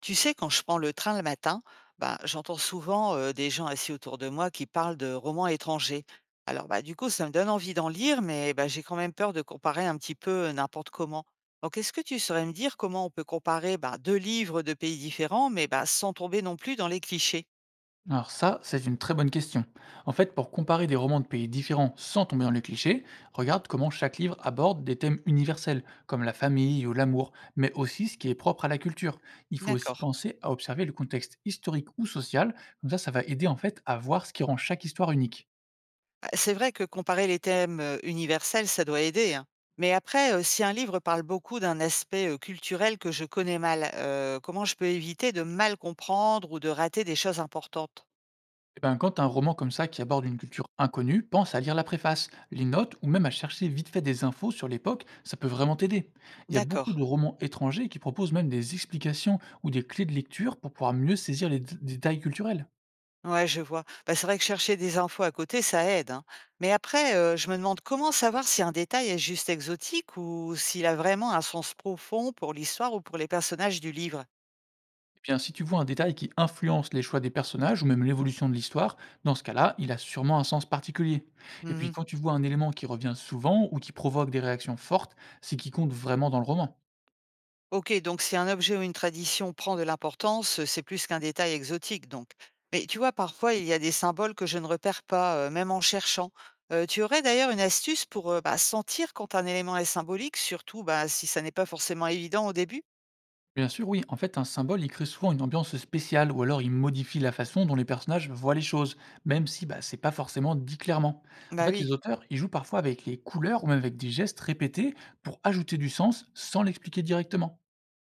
Tu sais, quand je prends le train le matin, j'entends souvent des gens assis autour de moi qui parlent de romans étrangers. Alors, ça me donne envie d'en lire, mais j'ai quand même peur de comparer un petit peu n'importe comment. Donc, est-ce que tu saurais me dire comment on peut comparer deux livres de pays différents, mais sans tomber non plus dans les clichés. Alors ça, c'est une très bonne question. En fait, pour comparer des romans de pays différents sans tomber dans les clichés, regarde comment chaque livre aborde des thèmes universels, comme la famille ou l'amour, mais aussi ce qui est propre à la culture. Il faut aussi D'accord. penser à observer le contexte historique ou social, comme ça va aider en fait à voir ce qui rend chaque histoire unique. C'est vrai que comparer les thèmes, universels, ça doit aider, hein. Mais après, si un livre parle beaucoup d'un aspect, culturel que je connais mal, comment je peux éviter de mal comprendre ou de rater des choses importantes? Eh ben, quand un roman comme ça qui aborde une culture inconnue, pense à lire la préface, les notes ou même à chercher vite fait des infos sur l'époque, ça peut vraiment t'aider. Il y a beaucoup D'accord. de romans étrangers qui proposent même des explications ou des clés de lecture pour pouvoir mieux saisir les détails culturels. Ouais, je vois. Bah, c'est vrai que chercher des infos à côté, ça aide, hein. Mais après, je me demande comment savoir si un détail est juste exotique ou s'il a vraiment un sens profond pour l'histoire ou pour les personnages du livre? Et bien, si tu vois un détail qui influence les choix des personnages ou même l'évolution de l'histoire, dans ce cas-là, il a sûrement un sens particulier. Et puis, Mmh. quand tu vois un élément qui revient souvent ou qui provoque des réactions fortes, c'est qui compte vraiment dans le roman. OK, donc si un objet ou une tradition prend de l'importance, c'est plus qu'un détail exotique, donc. Mais tu vois, parfois, il y a des symboles que je ne repère pas, même en cherchant. Tu aurais d'ailleurs une astuce pour sentir quand un élément est symbolique, surtout si ça n'est pas forcément évident au début? Bien sûr, oui. En fait, un symbole, il crée souvent une ambiance spéciale, ou alors il modifie la façon dont les personnages voient les choses, même si bah, c'est pas forcément dit clairement. En Bah fait, oui. les auteurs, ils jouent parfois avec les couleurs ou même avec des gestes répétés pour ajouter du sens sans l'expliquer directement.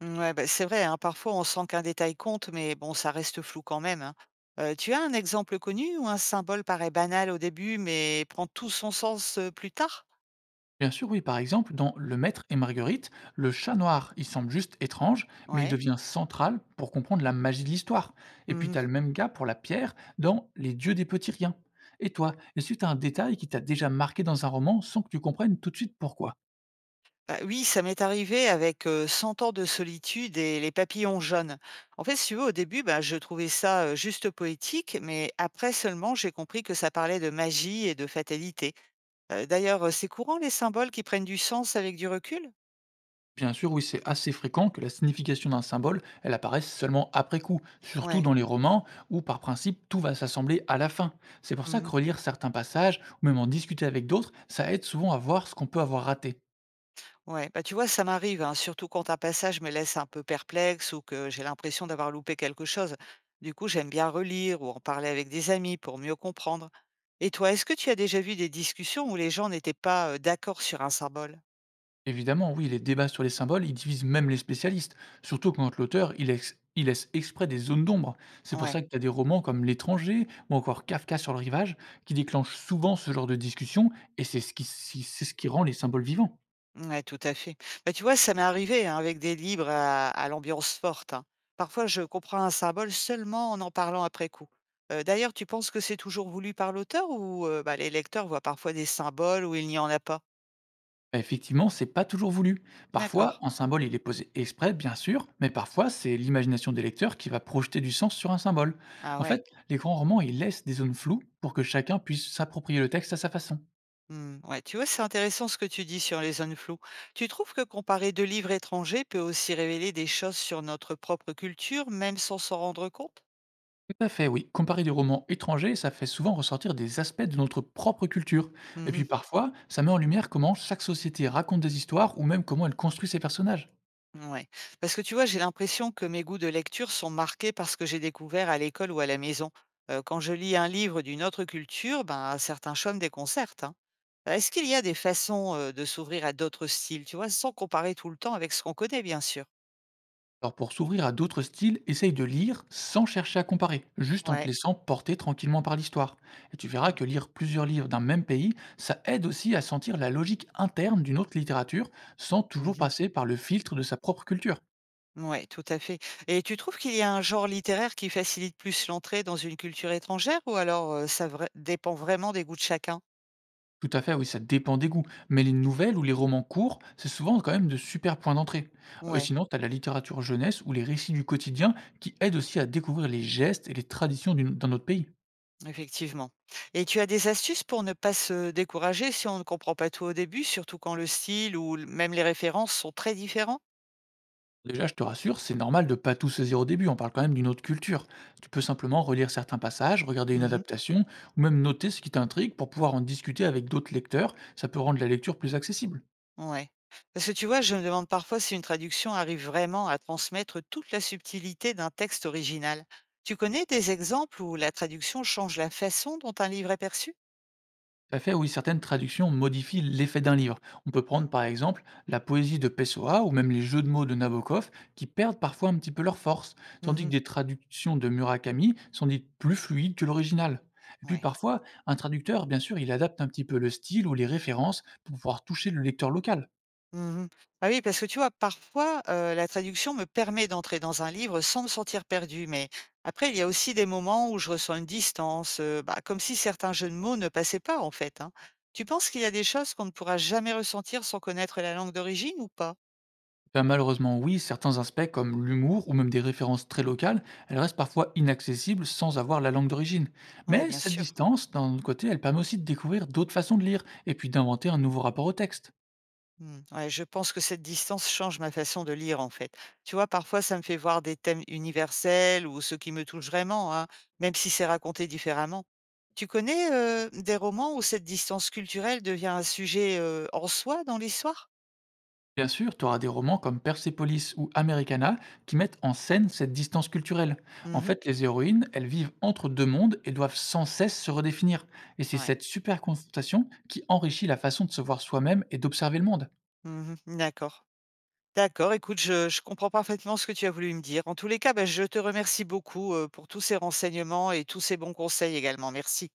Mm, ouais, bah, c'est vrai, hein, parfois on sent qu'un détail compte, mais bon, ça reste flou quand même, hein. Tu as un exemple connu où un symbole paraît banal au début, mais prend tout son sens plus tard? Bien sûr, oui. Par exemple, dans Le Maître et Marguerite, le chat noir, il semble juste étrange, mais il Ouais. devient central pour comprendre la magie de l'histoire. Et puis, t'as le même cas pour la pierre dans Les Dieux des Petits Riens. Et toi, est-ce que tu as un détail qui t'a déjà marqué dans un roman sans que tu comprennes tout de suite pourquoi? Bah, oui, ça m'est arrivé avec, «100 ans de solitude» et «Les papillons jaunes». En fait, si tu veux, au début, je trouvais ça, juste poétique, mais après seulement, j'ai compris que ça parlait de magie et de fatalité. D'ailleurs, c'est courant les symboles qui prennent du sens avec du recul? Bien sûr, oui, c'est assez fréquent que la signification d'un symbole, elle apparaisse seulement après coup, surtout Ouais. dans les romans où par principe tout va s'assembler à la fin. C'est pour ça que Mmh. relire certains passages ou même en discuter avec d'autres, ça aide souvent à voir ce qu'on peut avoir raté. Ouais, bah, tu vois, ça m'arrive, hein, surtout quand un passage me laisse un peu perplexe ou que j'ai l'impression d'avoir loupé quelque chose. Du coup, j'aime bien relire ou en parler avec des amis pour mieux comprendre. Et toi, est-ce que tu as déjà vu des discussions où les gens n'étaient pas d'accord sur un symbole? Évidemment, oui, les débats sur les symboles, ils divisent même les spécialistes, surtout quand l'auteur, il laisse exprès des zones d'ombre. C'est pour Ouais, ça que tu as des romans comme L'étranger ou encore Kafka sur le rivage qui déclenchent souvent ce genre de discussion et c'est ce qui rend les symboles vivants. ouais, tout à fait. Bah, tu vois, ça m'est arrivé hein, avec des livres à l'ambiance forte, hein. Parfois, je comprends un symbole seulement en en parlant après coup. D'ailleurs, tu penses que c'est toujours voulu par l'auteur ou les lecteurs voient parfois des symboles où il n'y en a pas? Bah, effectivement, c'est pas toujours voulu. D'accord. Parfois, un symbole, il est posé exprès, bien sûr, mais parfois, c'est l'imagination des lecteurs qui va projeter du sens sur un symbole. Ah En ouais. fait, les grands romans, ils laissent des zones floues pour que chacun puisse s'approprier le texte à sa façon. Mmh, ouais, tu vois, c'est intéressant ce que tu dis sur les zones floues. Tu trouves que comparer deux livres étrangers peut aussi révéler des choses sur notre propre culture, même sans s'en rendre compte? Tout à fait, oui. Comparer des romans étrangers, ça fait souvent ressortir des aspects de notre propre culture. Et Mhm, puis parfois, ça met en lumière comment chaque société raconte des histoires ou même comment elle construit ses personnages. ouais. Parce que tu vois, j'ai l'impression que mes goûts de lecture sont marqués par ce que j'ai découvert à l'école ou à la maison. Quand je lis un livre d'une autre culture, ben, certains chocs me déconcertent, hein. Est-ce qu'il y a des façons, de s'ouvrir à d'autres styles, tu vois, sans comparer tout le temps avec ce qu'on connaît, bien sûr? Alors pour s'ouvrir à d'autres styles, essaye de lire sans chercher à comparer, juste en Ouais. te laissant porter tranquillement par l'histoire. Et tu verras que lire plusieurs livres d'un même pays, ça aide aussi à sentir la logique interne d'une autre littérature, sans toujours Mhm. passer par le filtre de sa propre culture. Ouais, tout à fait. Et tu trouves qu'il y a un genre littéraire qui facilite plus l'entrée dans une culture étrangère ou alors dépend vraiment des goûts de chacun? Tout à fait, oui, ça dépend des goûts, mais les nouvelles ou les romans courts, c'est souvent quand même de super points d'entrée. Ouais, Sinon, tu as la littérature jeunesse ou les récits du quotidien qui aident aussi à découvrir les gestes et les traditions d'un autre pays. effectivement. Et tu as des astuces pour ne pas se décourager si on ne comprend pas tout au début, surtout quand le style ou même les références sont très différents? Déjà, je te rassure, c'est normal de pas tout saisir au début, on parle quand même d'une autre culture. Tu peux simplement relire certains passages, regarder une Mhm. adaptation, ou même noter ce qui t'intrigue pour pouvoir en discuter avec d'autres lecteurs, ça peut rendre la lecture plus accessible. Ouais. Parce que tu vois, je me demande parfois si une traduction arrive vraiment à transmettre toute la subtilité d'un texte original. Tu connais des exemples où la traduction change la façon dont un livre est perçu? Tout à fait, oui, certaines traductions modifient l'effet d'un livre. On peut Mm. prendre par exemple la poésie de Pessoa ou même les jeux de mots de Nabokov qui perdent parfois un petit peu leur force, tandis Mhm. que des traductions de Murakami sont dites plus fluides que l'original. Et puis Ouais. parfois, un traducteur, bien sûr, il adapte un petit peu le style ou les références pour pouvoir toucher le lecteur local. Mmh. Ah oui, parce que tu vois, parfois, la traduction me permet d'entrer dans un livre sans me sentir perdue, mais après il y a aussi des moments où je ressens une distance, comme si certains jeux de mots ne passaient pas, en fait, hein. Tu penses qu'il y a des choses qu'on ne pourra jamais ressentir sans connaître la langue d'origine ou pas? Ben, malheureusement, oui, certains aspects comme l'humour ou même des références très locales, elles restent parfois inaccessibles sans avoir la langue d'origine. Ouais, Mais bien cette sûr. distance, d'un autre côté, elle permet aussi de découvrir d'autres façons de lire et puis d'inventer un nouveau rapport au texte. Mmh. Ouais, je pense que cette distance change ma façon de lire, en fait. Tu vois, parfois, ça me fait voir des thèmes universels ou ceux qui me touchent vraiment, hein, même si c'est raconté différemment. Tu connais des romans où cette distance culturelle devient un sujet en soi dans l'histoire? Bien sûr, tu auras des romans comme Persepolis ou Americana qui mettent en scène cette distance culturelle. En Mhm. fait, les héroïnes, elles vivent entre deux mondes et doivent sans cesse se redéfinir. Et c'est Ouais. cette super confrontation qui enrichit la façon de se voir soi-même et d'observer le monde. Mhm. D'accord. D'accord, écoute, je comprends parfaitement ce que tu as voulu me dire. En tous les cas, bah, je te remercie beaucoup pour tous ces renseignements et tous ces bons conseils également. Merci.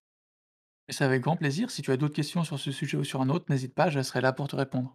Et c'est avec grand plaisir. Si tu as d'autres questions sur ce sujet ou sur un autre, n'hésite pas, je serai là pour te répondre.